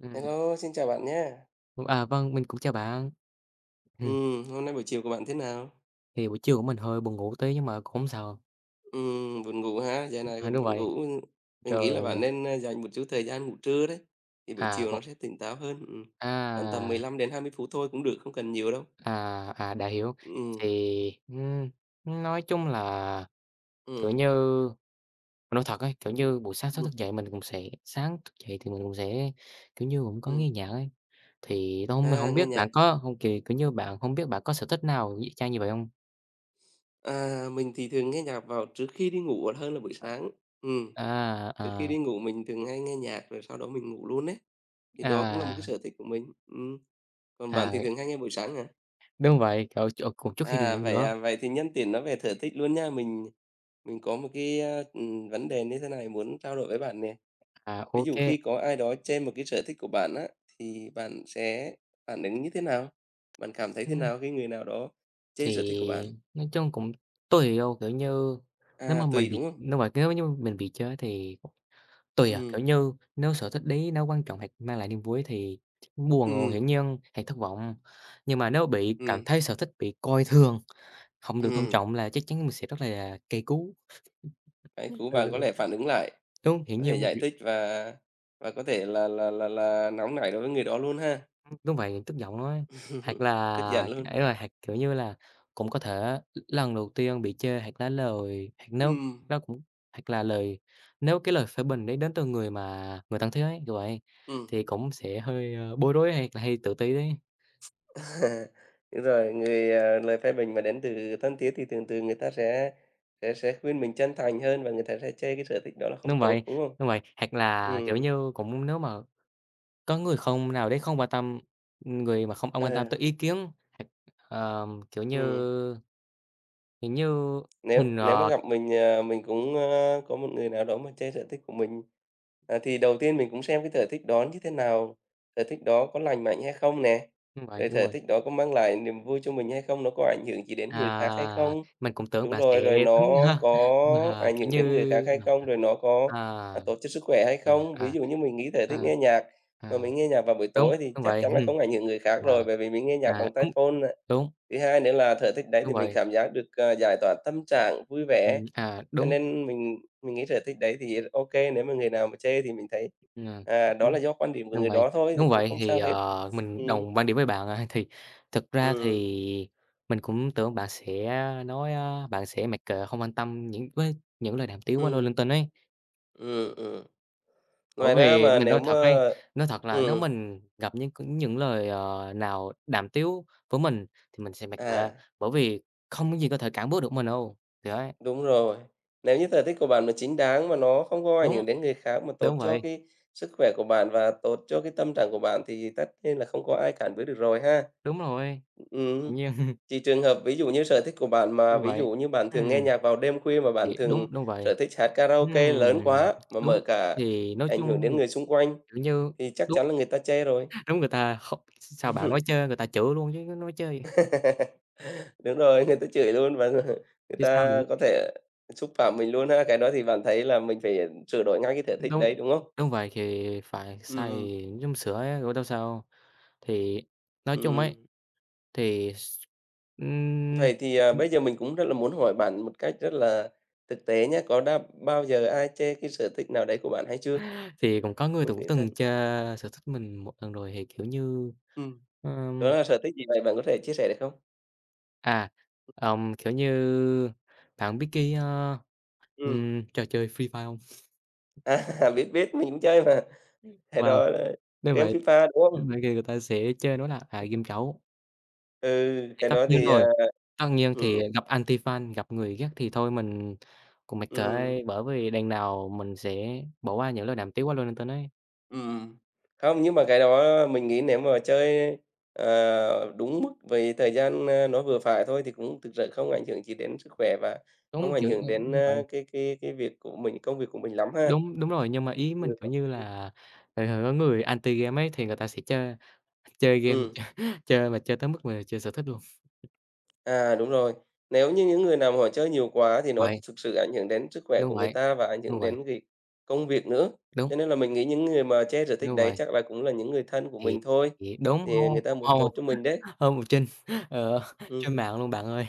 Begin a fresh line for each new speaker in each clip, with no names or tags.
Ừm,
Hello, xin chào bạn nhé.
vâng, mình cũng chào bạn. Ừm,
Hôm nay buổi chiều của bạn thế nào?
thì buổi trưa của mình hơi buồn ngủ tí nhưng mà cũng hổng sao.
Buồn ngủ ha, giờ này còn
Đúng
buồn
vậy,
ngủ. Mình
trời
nghĩ là bạn
ơi,
nên, dành một chút thời gian ngủ trưa đấy, thì buổi
à,
chiều nó
một
sẽ tỉnh táo hơn. Khoảng tầm mười
à,
lăm đến hai mươi phút thôi cũng được, không cần nhiều đâu.
à, à, đã hiểu.
Ừm,
Thì, nói chung là, kiểu
ừm,
như, mình nói thật ấy, kiểu
ừm,
như, buổi sáng sớm
ừm,
thức dậy mình cũng sẽ sáng thức dậy thì mình cũng sẽ, kiểu như, cũng có nghe
ừm.
nhạc ấy. Thì tôi hông
À,
hổng
nghe
biết bạn
nhạc.
có hông kì kiểu như, bạn hông biết bạn có sở thích nào y chang như vậy hông?
À, mình thì thường nghe nhạc vào trước khi đi ngủ hơn là buổi sáng. Ừm,
À,
Trước khi
à,
đi ngủ mình thường hay nghe nhạc rồi sau đó mình ngủ luôn đấy. Thì đó cũng là một cái
à,
sở thích của mình. Còn bạn
à.
thì thường hay nghe buổi sáng hả?
Đúng vậy, cậu ch cũng trước khi đi ngủ nữa.
À? Vậy thì nhân tiện nói về sở thích luôn nha. Mình có một cái, vấn đề như thế này muốn trao đổi với bạn nè.
Ô
Ví dụ
kê,
khi có ai đó chê một cái sở thích của bạn á, thì bạn sẽ phản ứng như thế nào? Bạn cảm thấy thế
ừm,
nào khi người nào đó chê
thì
sở thích của bạn?
nói chung cũng tùy đâu, kiểu như, nếu
À,
mà mình
tùy, đúng
bị
không?
đúng rồi, nếu như mình bị chới thì tùy à, kiểu
Ừ,
như, nếu sở thích đấy nó quan trọng hoặc mang lại niềm vui thì buồn rồi
ừ,
hiển nhiên hay thất vọng. Nhưng mà nếu bị cảm
ừ,
thấy sở thích bị coi thường, không được tôn
ừ.
trọng là chắc chắn mình sẽ rất là kỳ cú.
Đấy,
Ừ,
cũng bạn có
ừ,
lẽ phản ứng lại,
đúng, hiển
có thể
nhiên.
giải thích và có thể là nóng nảy đối với người đó luôn ha,
Đúng vậy, tức giận nói, hoặc là
tức giận luôn.
ấy rồi, hoặc, kiểu như là, cũng có thể lần đầu tiên bị chê hoặc là lời hoặc
Ừ,
nếu nó cũng hoặc là lời nếu cái lời phê bình đấy đến từ người mà người thân thiết ấy, kiểu vậy,
ừ.
thì cũng sẽ hơi, bối rối hay là hay tự ti đấy.
Đúng rồi, lời phê bình mà đến từ thân thiết thì thường thường người ta sẽ khuyên mình chân thành hơn và người ta sẽ chê cái sở thích đó là không
Đúng vậy,
tốt, đúng không?
đúng vậy, hoặc là, kiểu
Ừm,
như, cũng nếu mà có người không nào đấy không quan tâm, người mà không không
ờ,
quan tâm tới ý kiến, hoặc, ờ, kiểu như,
ừm.
kiểu như,
Nếu
mình,
nếu mà gặp mình, mình cũng, có một người nào đó mà chê sở thích của mình, thì đầu tiên mình cũng xem cái sở thích đó như thế nào, sở thích đó có lành mạnh hay không nè,
đúng vậy,
rồi
đúng
sở
rồi.
thích đó có mang lại niềm vui cho mình hay không, nó có ảnh hưởng gì đến người
À,
khác hay không?
mình cũng tưởng
Đúng
bạn
rồi, rồi
sẽ tính
nó có
mà,
ảnh
kiểu
hưởng đến người
như
khác hay không, rồi nó có,
ờ, ờ,
tốt cho sức khỏe hay
à,
không. Ví
à,
dụ như mình nghĩ tới
à,
thích nghe nhạc, mà
à,
mình nghe nhạc vào buổi
đúng,
tối thì
đúng
chắc
vậy,
chắn là không ảnh hưởng người khác
à,
rồi, bởi vì mình nghe nhạc
à,
bằng tai
đúng,
phone nè.
đúng,
Thứ hai nữa là sở thích đấy
đúng
thì mình
vậy,
cảm giác được, giải tỏa tâm trạng, vui vẻ, cho
đúng,
nên mình nghĩ sở thích đấy thì ok nếu mà người nào mà chê thì mình thấy,
ờ,
đó
đúng,
là do quan điểm của
đúng
người
vậy,
đó thôi thì
đúng
cũng
vậy.
không
Thì,
sao hết.
mình
Ừm,
đồng quan điểm với bạn, thì thực ra thì
ừm,
mình cũng tưởng bạn sẽ nói, bạn sẽ mặc kệ, không quan tâm những với những lời đàm tiếu quá lôi
ừm,
linh tinh ấy.
ừm, ừm.
Bởi
Ngoài ra
vì
mà
mình
nếu
nói
mà
thật ấy, nói thật là nếu
ừm,
mình gặp những những lời, nào đàm tiếu với mình thì mình sẽ mặc kệ,
à.
bởi vì không có gì có thể cản bước được mình đâu. Thì đấy,
Đúng rồi. Nếu như sở thích của bạn nó chính đáng mà nó không có ảnh
đúng,
hưởng đến người khác, mà tốt
đúng
cho
vậy,
cái sức khỏe của bạn và tốt cho cái tâm trạng của bạn thì tất nhiên là không có ai cản với được rồi ha.
đúng rồi,
Ừm.
tự nhiên
Chỉ trường hợp ví dụ như sở thích của bạn mà
đúng
ví
vậy.
dụ như bạn thường
Ừm,
nghe nhạc vào đêm khuya, mà bạn
thì đúng,
thường
đúng vậy.
sở thích hát karaoke lớn
Ừm,
quá mà
đúng,
mở cả
thì nói
ảnh hưởng
chung
đến
được,
người xung quanh
kiểu như
thì chắc
đúng,
chắn là người ta chê rồi.
đúng người ta không sao bạn nói chơi người ta chửi luôn chứ nói chơi
Đúng rồi, người ta chửi luôn và người
chứ sao nữa.
ta có thể xúc phạm mình luôn ha. Cái đó thì bạn thấy là mình phải sửa đổi ngay cái thể thích đấy,
Đúng,
đúng không?
đúng vậy, thì phải
Ừm, ừm,
xay giống sữa á, rồi đâu sao. Thì nói chung ấy,
ừm.
thì s ừm,
Vậy thì, bây giờ mình cũng rất là muốn hỏi bạn một cách rất là thực tế nhé, có đã bao giờ ai chê cái sở thích nào đấy của bạn hay chưa?
thì cũng có người
Mình
cũng
nghĩ
từng
thân
chơi sở thích mình một lần rồi thì, kiểu như,
ừm, Đó
ờm,
là sở thích gì vậy? Bạn có thể chia sẻ được không?
à, kiểu như, bạn biết cái,
Ừm,
trò chơi Free Fire không?
Biết, biết, mình cũng chơi mà. Cái
Wow,
đó là
đúng
game
vậy,
FIFA, đúng không?
đúng vậy, thì người ta sẽ chơi nó là, game trấu,
Ừ,
thì
cái
tất
đó
nhiên
thì
rồi. Tất nhiên thì
ừm,
gặp anti-fan, gặp người ghét thì thôi mình cũng mặc kệ,
ừm.
bởi vì đằng nào mình sẽ bỏ qua những lời đàm tiếu quá lên trên ấy.
Ừm. Không, nhưng mà cái đó mình nghĩ nếu mà chơi, đúng mức về thời gian, nó vừa phải thôi thì cũng thực sự không ảnh hưởng gì đến sức khỏe và không
Đúng,
ảnh
kiểu,
hưởng đến,
đúng vậy,
ơ, cái việc của mình, công việc của mình lắm ha.
đúng, đúng rồi, nhưng mà ý mình, kiểu như
Ừm.
là, thường thường có người anti-game ấy thì người ta sẽ chơi chơi game
Ừm,
chơi chơi mà chơi tới mức mà chơi sở thích luôn.
Đúng rồi. Nếu như những người nào mà họ chơi nhiều quá thì nó
Vậy,
thực sự ảnh hưởng đến sức khỏe
đúng
của người
vậy,
ta và ảnh
đúng
hưởng
vậy,
đến việc công việc nữa.
đúng,
Cho nên là mình nghĩ những người mà che sở thích
đúng
đấy
vậy,
chắc là cũng là những người thân của
thì
mình thôi,
thì đúng,
thì
hông
người ta
cũng
muốn
hông
tốt cho mình đấy.
hông một trinh, ờ,
Ừm.
trên mạng luôn bạn ơi.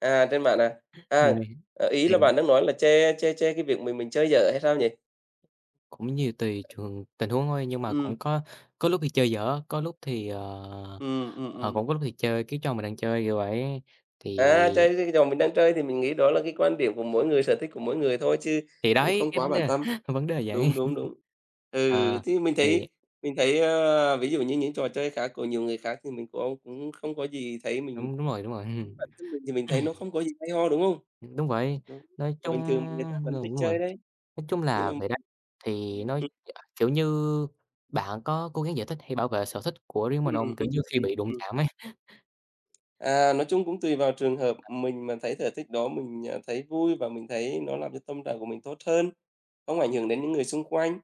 À, trên mạng à? À,
Rồi,
ý
thì
là bạn đang nói là che che che cái việc mình chơi dở hay sao nhỉ?
cũng như tùy trường tình huống thôi, nhưng mà
Ừm,
cũng có lúc thì chơi dở, có lúc thì,
ừm, ừm,
cũng
ừm.
có lúc thì chơi cái trò mình đang chơi, kiểu vậy. Thì
À, chơi cái trò mình đang chơi thì mình nghĩ đó là cái quan điểm của mỗi người, sở thích của mỗi người thôi chứ
thì
cũng
đấy,
không
cái
quá
vấn
bản
đề
tâm.
vấn đề là vậy.
Đúng, đúng, đúng. Ừ,
Ờ,
thì mình
thì
thấy mình thấy, ví dụ như những trò chơi khác của nhiều người khác thì mình cũng cũng không có gì thấy mình
đúng đúng rồi,
bản thân mình thì mình thấy nó không có gì hay ho, đúng không?
đúng vậy.
Nó
Nói
là
chung
bình thường, người ta vẫn
ừ,
thích
đúng rồi,
chơi đấy.
nói chung
Nhưng
là
mà
vậy đó. Thì nói
ừm,
kiểu như, bạn có cố gắng giải thích hay bảo vệ sở thích của riêng mình không? Kiểu như, khi bị đụng
ừm.
chạm ấy.
À, nói chung cũng tùy vào trường hợp, mình mà thấy sở thích đó mình, thấy vui và mình thấy nó làm cho tâm trạng của mình tốt hơn, không ảnh hưởng đến những người xung quanh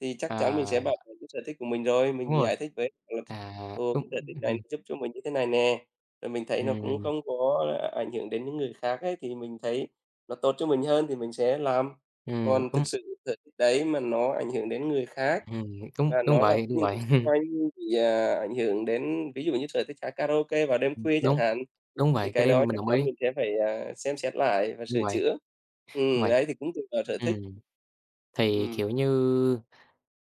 thì chắc chắn mình sẽ
À,
bảo vệ cái sở thích của mình rồi,
đúng
mình
rồi,
giải thích với họ là "Ồ, cái
đúng,
sở thích này nó
ừm,
giúp cho mình như thế này nè." Rồi mình thấy nó cũng
ừm,
không có ảnh hưởng đến những người khác ấy, thì mình thấy nó tốt cho mình hơn thì mình sẽ làm. Còn
đúng.
thực sự sở thích đấy mà nó ảnh hưởng đến người khác
Ừm, đúng,
và
đúng
nó làm
vậy,
cho
đúng
những
vậy.
người xung quanh bị, ảnh hưởng đến ví dụ như sở thích hát karaoke vào đêm khuya chẳng
Đúng,
hạn
đúng
thì
vậy, cái
cái
đấy
đó
mình
chắc
đồng
chắn
ý,
mình sẽ phải, xem xét lại và
đúng
sửa
vậy,
chữa.
đúng vậy.
Đấy, thì cũng tùy vào sở thích.
Ừm, thì,
Ừm,
kiểu như,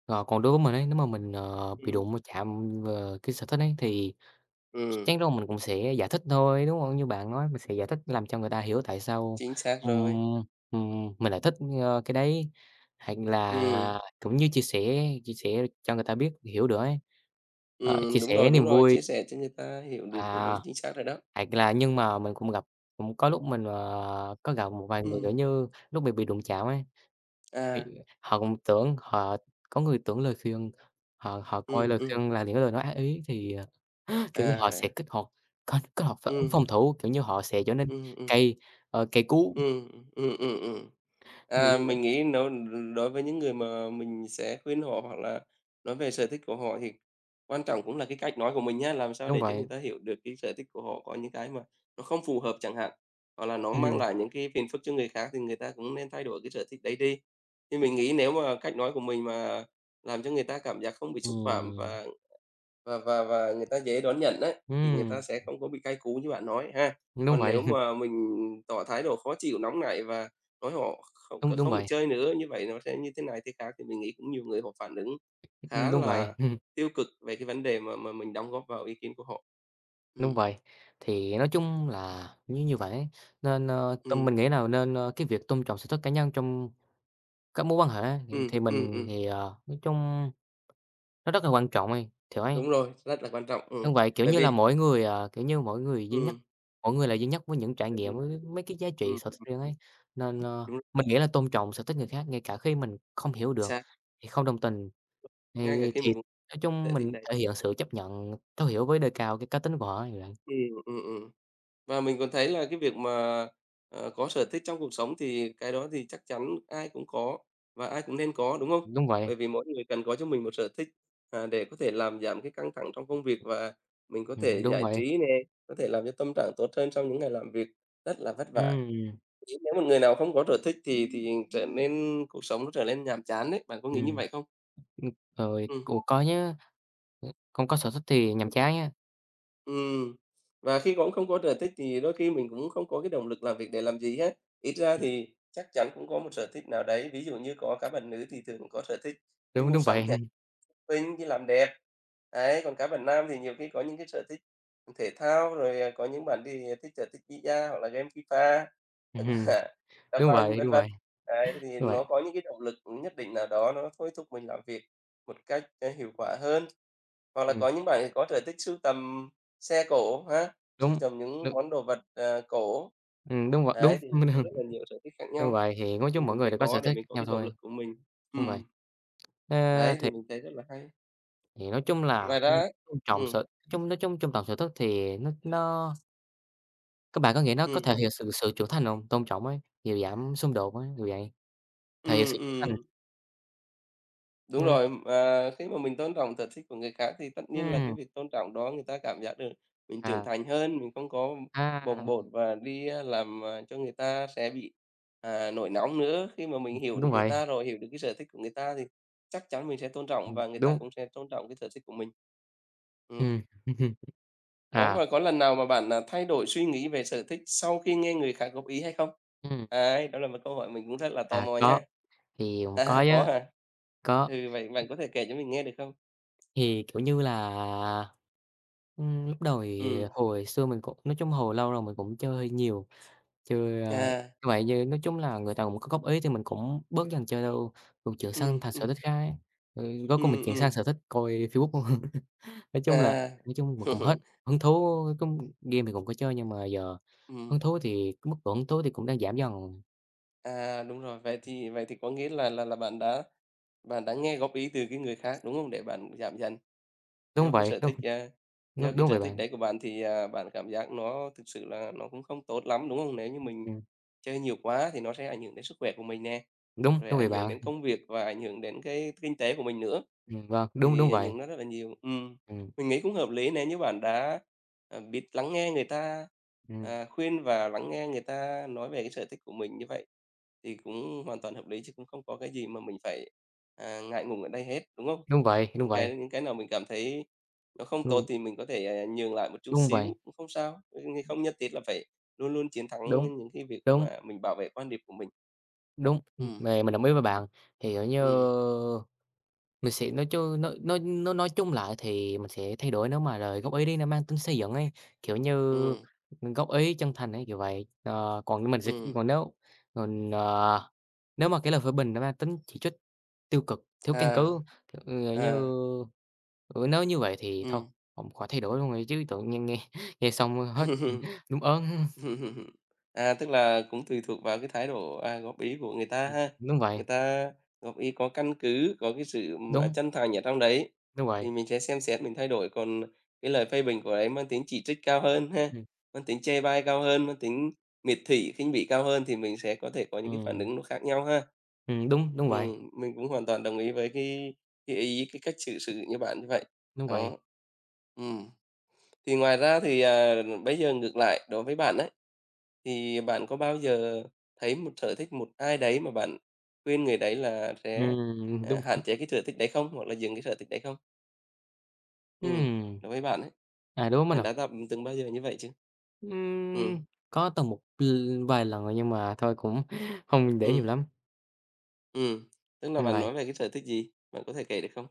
còn đối với mình ấy, nếu mà mình, bị
ừm,
đụng chạm vào cái sở thích ấy thì chắc
ừm,
chắn đâu mình cũng sẽ giải thích thôi, đúng không? Như bạn nói, mình sẽ giải thích làm cho người ta hiểu tại sao,
chính xác rồi.
ừm, mình lại thích, cái đấy, hay là
Ừm,
cũng như chia sẻ cho người ta biết, hiểu được ấy, chia
đúng
sẻ
rồi, đúng
niềm
rồi,
vui.
chia sẻ cho người ta hiểu được là đúng,
À.
chính xác rồi đó.
Thật là nhưng mà mình cũng gặp cũng có lúc mình, có gặp một vài người, kiểu
Ừm,
như, lúc mình bị đụng chạm ấy, thì
à,
họ cũng tưởng họ có người tưởng lời khuyên, họ họ coi
ừm,
lời
ừm,
khuyên là những lời nói ác ý thì, kiểu như,
à,
họ
vậy
sẽ
à?
kích hoạt kênh kích hoạt phản
Ừ,
ứng phòng thủ, kiểu như, họ sẽ trở nên
ừ, ừ,
cay, cay cú.
ừ, ừ. Ừm, ừm. À,
Đúng vậy,
mình nghĩ nếu đối với những người mà mình sẽ khuyên họ hoặc là nói về sở thích của họ thì quan trọng cũng là cái cách nói của mình nhá, làm sao
đúng
để cho người
vậy.
ta hiểu được cái sở thích của họ có những cái mà nó không phù hợp chẳng hạn, hoặc là nó
Ừm,
mang lại những cái phiền phức cho người khác thì người ta cũng nên thay đổi cái sở thích đấy đi. Thì mình nghĩ nếu mà cách nói của mình mà làm cho người ta cảm giác không bị xúc phạm
ừm,
và người ta dễ đón nhận đấy thì người ta
ừm,
sẽ không có bị cay cú như bạn nói ha.
đúng
Còn
vậy,
nếu mà mình tỏ thái độ khó chịu, nóng nảy và nói họ không
đúng
c
đúng
không được
vậy,
chơi nữa, như vậy nó sẽ như thế này thế khác, thì mình nghĩ cũng nhiều người họ phản ứng khá
đúng vậy.
là tiêu cực về cái vấn đề mà mình đóng góp vào ý kiến của họ.
Đúng
Ừm,
vậy. Thì nói chung là như như vậy ấy, nên, tâm mình
ừm,
nghĩ là nên, cái việc tôn trọng sở thích cá nhân trong các mối quan hệ thì
ừm,
thì
ừm,
mình
ừm,
thì, nói chung nó rất là quan trọng ấy, kiểu ấy.
đúng rồi, rất là quan trọng,
Đúng vậy, kiểu
bởi
như là,
vì
mỗi người, kiểu như, mỗi người duy nhất,
ừm,
mỗi người là duy nhất với những trải
đúng
nghiệm,
rồi,
với mấy cái giá trị
ừm,
sở thích riêng ấy, nên,
đúng, rồi,
mình nghĩ là tôn trọng sở thích người khác ngay cả khi mình không hiểu
chính
được,
xác,
thì không đồng tình,
ngay cả
thì
khi
thì
mình cũng
nói chung
thể thích
mình
đấy.
thể hiện sự chấp nhận, thấu hiểu với đề cao cái cá tính của họ ấy.
Ừm, ừm, ừm. Và mình còn thấy là cái việc mà, có sở thích trong cuộc sống thì cái đó thì chắc chắn ai cũng có và ai cũng nên có, đúng không?
Đúng vậy,
Bởi vì mỗi người cần có cho mình một sở thích, để có thể làm giảm cái căng thẳng trong công việc và mình có thể
đúng
giải
vậy.
trí nè, có thể làm cho tâm trạng tốt hơn sau những ngày làm việc rất là vất vả.
Ừm,
Chứ nếu một người nào không có sở thích thì trở nên cuộc sống nó trở nên nhàm chán đấy, bạn có nghĩ như
ừm,
vậy không?
ừm, rồi,
Ừm.
ủa, có nhá. Không có sở thích thì nhàm chán nhá.
Ừm, và khi cũng không có sở thích thì đôi khi mình cũng không có cái động lực làm việc để làm gì hết. Ít ra
Ừm,
thì chắc chắn cũng có một sở thích nào đấy, ví dụ như có các bạn nữ thì thường có sở thích đi
đúng,
mua
đúng
sắm
vậy,
chẳng shopping, đi làm đẹp. Đấy, còn các bạn nam thì nhiều khi có những cái sở thích thể thao, rồi, à, có những bạn thì thích sở thích bi hoặc là game FIFA,
ừm,
hoặc là đá
đúng
banh,
vậy,
vân
đúng
vân.
vậy,
Đấy, thì
đúng vậy,
nó có những cái động lực nhất định nào đó nó thôi thúc mình làm việc một cách, hiệu quả hơn. Hoặc là
ừm,
có những bạn thì có sở thích sưu tầm xe cổ ha, sưu
đúng,
tầm những
đúng,
món đồ vật, cổ.
đúng vậy, đúng,
Đấy, thì có rất là nhiều sở thích khác
đúng
nhau,
vậy, thì nói
thì
chung mỗi
mình
người
phải
đều có sở
có để
thích
mình
khác
có
nhau
cái động
thôi,
lực của mình.
đúng vậy.
Ừm,
Ơ,
đấy,
thì
thì mình thấy rất là hay.
thì nói chung
Ngoài
là,
ra ấy.
tôn trọng
Ừm,
sở chung nói chung tôn trọng sở thích thì nó các bạn có nghĩ nó có
ừm,
thể
ừm,
hiện sự sự trưởng thành hông? Tôn trọng ấy, kiểu, giảm xung đột ấy, kiểu vậy, thể hiện sự trưởng thành.
ừm. Đúng
Ừm,
rồi, à, khi mà mình tôn trọng sở thích của người khác thì tất nhiên là cái
ừm,
việc tôn trọng đó người ta cảm giác được mình trưởng
à,
thành hơn, mình không có
à,
bồng bột và đi, làm, à, cho người ta sẽ bị, à, nổi nóng nữa. Khi mà mình hiểu được
đúng
người
vậy,
ta rồi, hiểu được cái sở thích của người ta thì chắc chắn mình sẽ tôn trọng và người ta
đúng.
cũng sẽ tôn trọng cái sở thích của mình. Ừm,
Ừm,
có
à,
và có lần nào mà bạn, à, thay đổi suy nghĩ về sở thích sau khi nghe người khác góp ý hay không?
Ừm.
Ấy, đó là một câu hỏi mình cũng rất là tò mò
Có,
nha.
thì cũng có
À, có
nhá,
hả?
có.
Ừ, vậy bạn có thể kể cho mình nghe được không?
Thì, kiểu như là, lúc đầu thì
Ừm,
hồi xưa mình cũng nói chung hồi lâu rồi mình cũng chơi hơi nhiều, chơi, như
à,
vậy như nói chung là người ta cũng có góp ý thì mình cũng bớt dần chơi đâu, cũng chuyển sang thành
ừm,
sở
ừm,
thích khác, rồi cuối cùng mình
ừm,
chuyển sang
ừm,
sở thích coi Facebook luôn. Nói chung là
à.
nói chung mình cũng hết hứng thú, cũng game thì cũng có chơi nhưng mà giờ
Ừm,
hứng thú thì cái mức độ hứng thú thì cũng đang giảm dần.
à, đúng rồi, vậy thì có nghĩa là bạn đã nghe góp ý từ cái người khác, đúng không? Để bạn giảm dần.
Đúng không
Do cái
vậy,
sở
đúng,
thích, à, do
đúng
cái
đúng
sở
vậy
thích
bạn.
đấy của bạn thì, à, bạn cảm giác nó thực sự là nó cũng không tốt lắm, đúng không? Nếu như mình
Ừm.
chơi nhiều quá thì nó sẽ ảnh hưởng đến sức khỏe của mình nè,
Đúng,
rồi
đúng vậy
ảnh hưởng
bạn.
đến công việc và ảnh hưởng đến cái kinh tế của mình nữa,
Vâng, đúng, đúng
thì ảnh
vậy.
hưởng nó rất là nhiều. Ừ.
Ừm,
Mình nghĩ cũng hợp lý nếu như bạn đã, à, biết lắng nghe người ta,
ừm,
à, khuyên và lắng nghe người ta nói về cái sở thích của mình như vậy, thì cũng hoàn toàn hợp lý chứ cũng không có cái gì mà mình phải, à, ngại ngùng ở đây hết, đúng không?
đúng vậy, đúng
Những
vậy,
cái những cái nào mình cảm thấy nó không tốt
đúng,
thì mình có thể, à, nhường lại một chút
đúng
xíu,
vậy,
cũng không sao, ừ, không nhất thiết là phải luôn luôn chiến thắng
đúng,
những cái việc
đúng,
mà mình bảo vệ quan điểm của mình.
đúng,
Ừ.
mề mình đồng ý với bạn. Thì, kiểu như,
Ừ.
mình sẽ nói chứ nói chung lại thì mình sẽ thay đổi nếu mà lời góp ý đi nó mang tính xây dựng ấy, kiểu như,
Ừ.
góp ý chân thành ấy, kiểu vậy. Ờ, còn mình sẽ
Ừ.
còn nếu còn, nếu mà cái lời phê bình nó mang tính chỉ trích tiêu cực, thiếu căn
À,
cứ, kiểu, ừ, như
à,
Ừ, nếu như vậy thì thôi,
ừ.
ông khỏi thay đổi luôn rồi chứ tự nhiên nghe nghe xong hết đúng ớn.
À, tức là cũng tùy thuộc vào cái thái độ, à, góp ý của người ta ha.
Đúng vậy,
Người ta góp ý có căn cứ, có cái sự mà
đúng,
chân thành ở trong đấy
đúng
thì
vậy,
mình sẽ xem xét mình thay đổi, còn cái lời phê bình của ấy mang tính chỉ trích cao hơn ha,
ừm,
mang tính chê bai cao hơn, mang tính miệt thị, khinh bỉ cao hơn thì mình sẽ có thể có những cái phản
ừm,
ứng nó khác nhau ha.
đúng, đúng vậy,
Mình cũng hoàn toàn đồng ý với cái ý, cái cách xử sự như bạn như vậy.
đúng
Đó.
vậy,
Ừm. Thì ngoài ra thì, à, bây giờ ngược lại đối với bạn ấy, thì bạn có bao giờ thấy một sở thích một ai đấy mà bạn khuyên người đấy là sẽ, à,
đúng,
hạn chế cái sở thích đấy không? Hoặc là dừng cái sở thích đấy không? Ừ,
ừm,
đối với bạn ấy,
đối với mình
bạn
à,
đã gặp từng bao giờ như vậy chưa? Ừ.
ừm, có tầm một vài lần rồi nhưng mà thôi cũng không để nhiều
Ừ.
lắm,
Ừm, tức là
đúng
bạn
vậy,
nói về cái sở thích gì? Bạn có thể kể được không?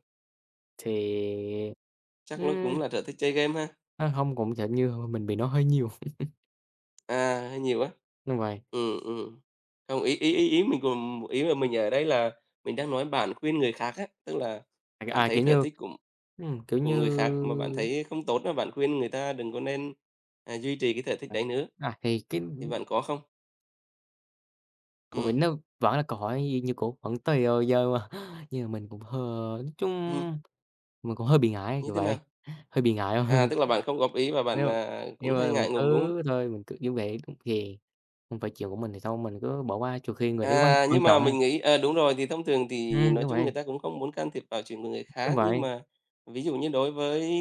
thì,
Chắc nó
ưm,
cũng là sở thích chơi game ha?
hông, cũng kiểu như mình bị nói hơi nhiều,
À, hơi nhiều á.
đúng vậy,
Ừm, ừm. Không, ý ý ý ý mình cùng ý là mình ở đây là mình đang nói bạn khuyên người khác á, tức là
à,
bạn
à,
thấy
kiểu
sở
như,
thích của
kiểu
của
như,
người khác mà bạn thấy không tốt là bạn khuyên người ta đừng có nên, à, duy trì cái sở thích
à,
đấy nữa,
thì cái.
thì bạn có không?
Của mình
Ừm,
nó vẫn là câu hỏi như như cũ, vẫn tới rồi giờ mà nhưng mà mình cũng hơi nói chung
ừm,
mình cũng hơi bị ngại,
như
kiểu
thế
vậy,
nào?
hơi bị ngại
À,
không.
tức là bạn không góp ý và bạn,
Nếu
à,
nhưng
cũng hơi
mà mình
ngại ngùng, đúng không?
cứ thôi mình cứ như vậy cũng thì không phải chuyện của mình thì thôi mình cứ bỏ qua, trừ khi người đấy quan
À,
quan
nhưng mà
trọng.
mình nghĩ đúng rồi, thì thông thường thì nói
Đúng
chung
vậy,
người ta cũng không muốn can thiệp vào chuyện của người
đúng
khác, nhưng
vậy,
mà ví dụ như đối với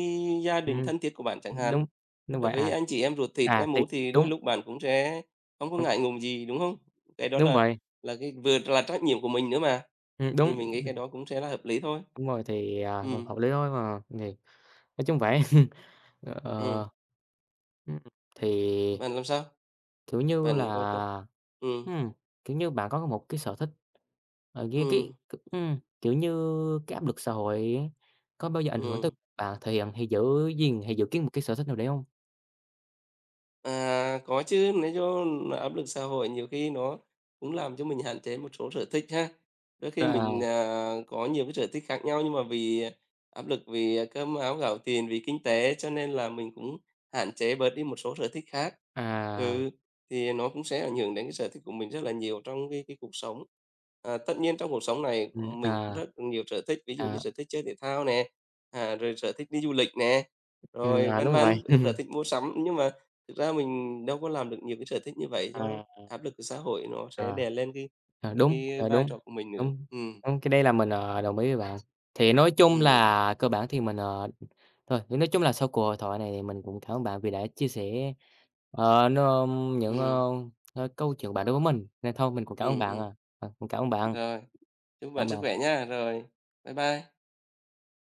gia đình
ừm,
thân thiết của bạn chẳng hạn,
đúng, đúng
đối
vậy,
với
à,
anh chị em ruột thịt,
à,
em
thì
út thì đôi
đúng,
lúc bạn cũng sẽ không có
đúng,
ngại ngùng gì, đúng không? Cái đó
đúng
là
vậy,
là cái vừa là trách nhiệm của mình nữa mà, thì
đúng,
mình nghĩ cái đó cũng sẽ là hợp lý thôi.
đúng rồi thì, cũng
Ừm,
hợp lý thôi mà, thì nói chung vậy.
ừm,
Ờ, ừm, thì
bạn làm sao?
kiểu như
Bạn có
là,
ừm,
ừm, kiểu như, bạn có một cái sở thích, như cái
ừm,
kiểu như, cái áp lực xã hội ấy, có bao giờ ảnh hưởng tới
ừm.
bạn thể hiện hay giữ gìn hay giữ kiến một cái sở thích nào đấy không?
À, có chứ, nói cho áp lực xã hội nhiều khi nó cũng làm cho mình hạn chế một số sở thích ha. Đôi khi mình,
À,
à, có nhiều cái sở thích khác nhau nhưng mà vì áp lực, vì cơm áo gạo tiền, vì kinh tế cho nên là mình cũng hạn chế bớt đi một số sở thích khác.
à,
Ừ, thì nó cũng sẽ ảnh hưởng đến cái sở thích của mình rất là nhiều trong cái cuộc sống. À, tất nhiên trong cuộc sống này
ừm,
mình cũng
à,
rất nhiều sở thích, ví dụ như
à,
sở thích chơi thể thao nè, à, rồi sở thích đi du lịch nè, rồi vân
đúng vậy,
vân, sở thích mua sắm nhưng mà thực ra mình đâu có làm được nhiều cái sở thích như vậy do
à.
áp lực của xã hội nó sẽ
À.
đè lên cái cái
Đúng,
cái vai
đúng,
trò của mình nữa.
đúng, đúng, cái đây là mình, đồng ý với bạn. Thì nói chung
Ừm,
là cơ bản thì mình, thôi, nói chung là sau cuộc hội thoại này thì mình cũng cảm ơn bạn vì đã chia sẻ, ờ, nó những, ơ,
ừm,
ơ, câu chuyện của bạn đối với mình, nên thôi mình cũng cảm ơn
ừm,
bạn
ừm.
à. Mình cảm ơn bạn,
Rồi, chúc
cảm
bạn
ơn
sức khỏe
bạn.
nha. Rồi, bye bye.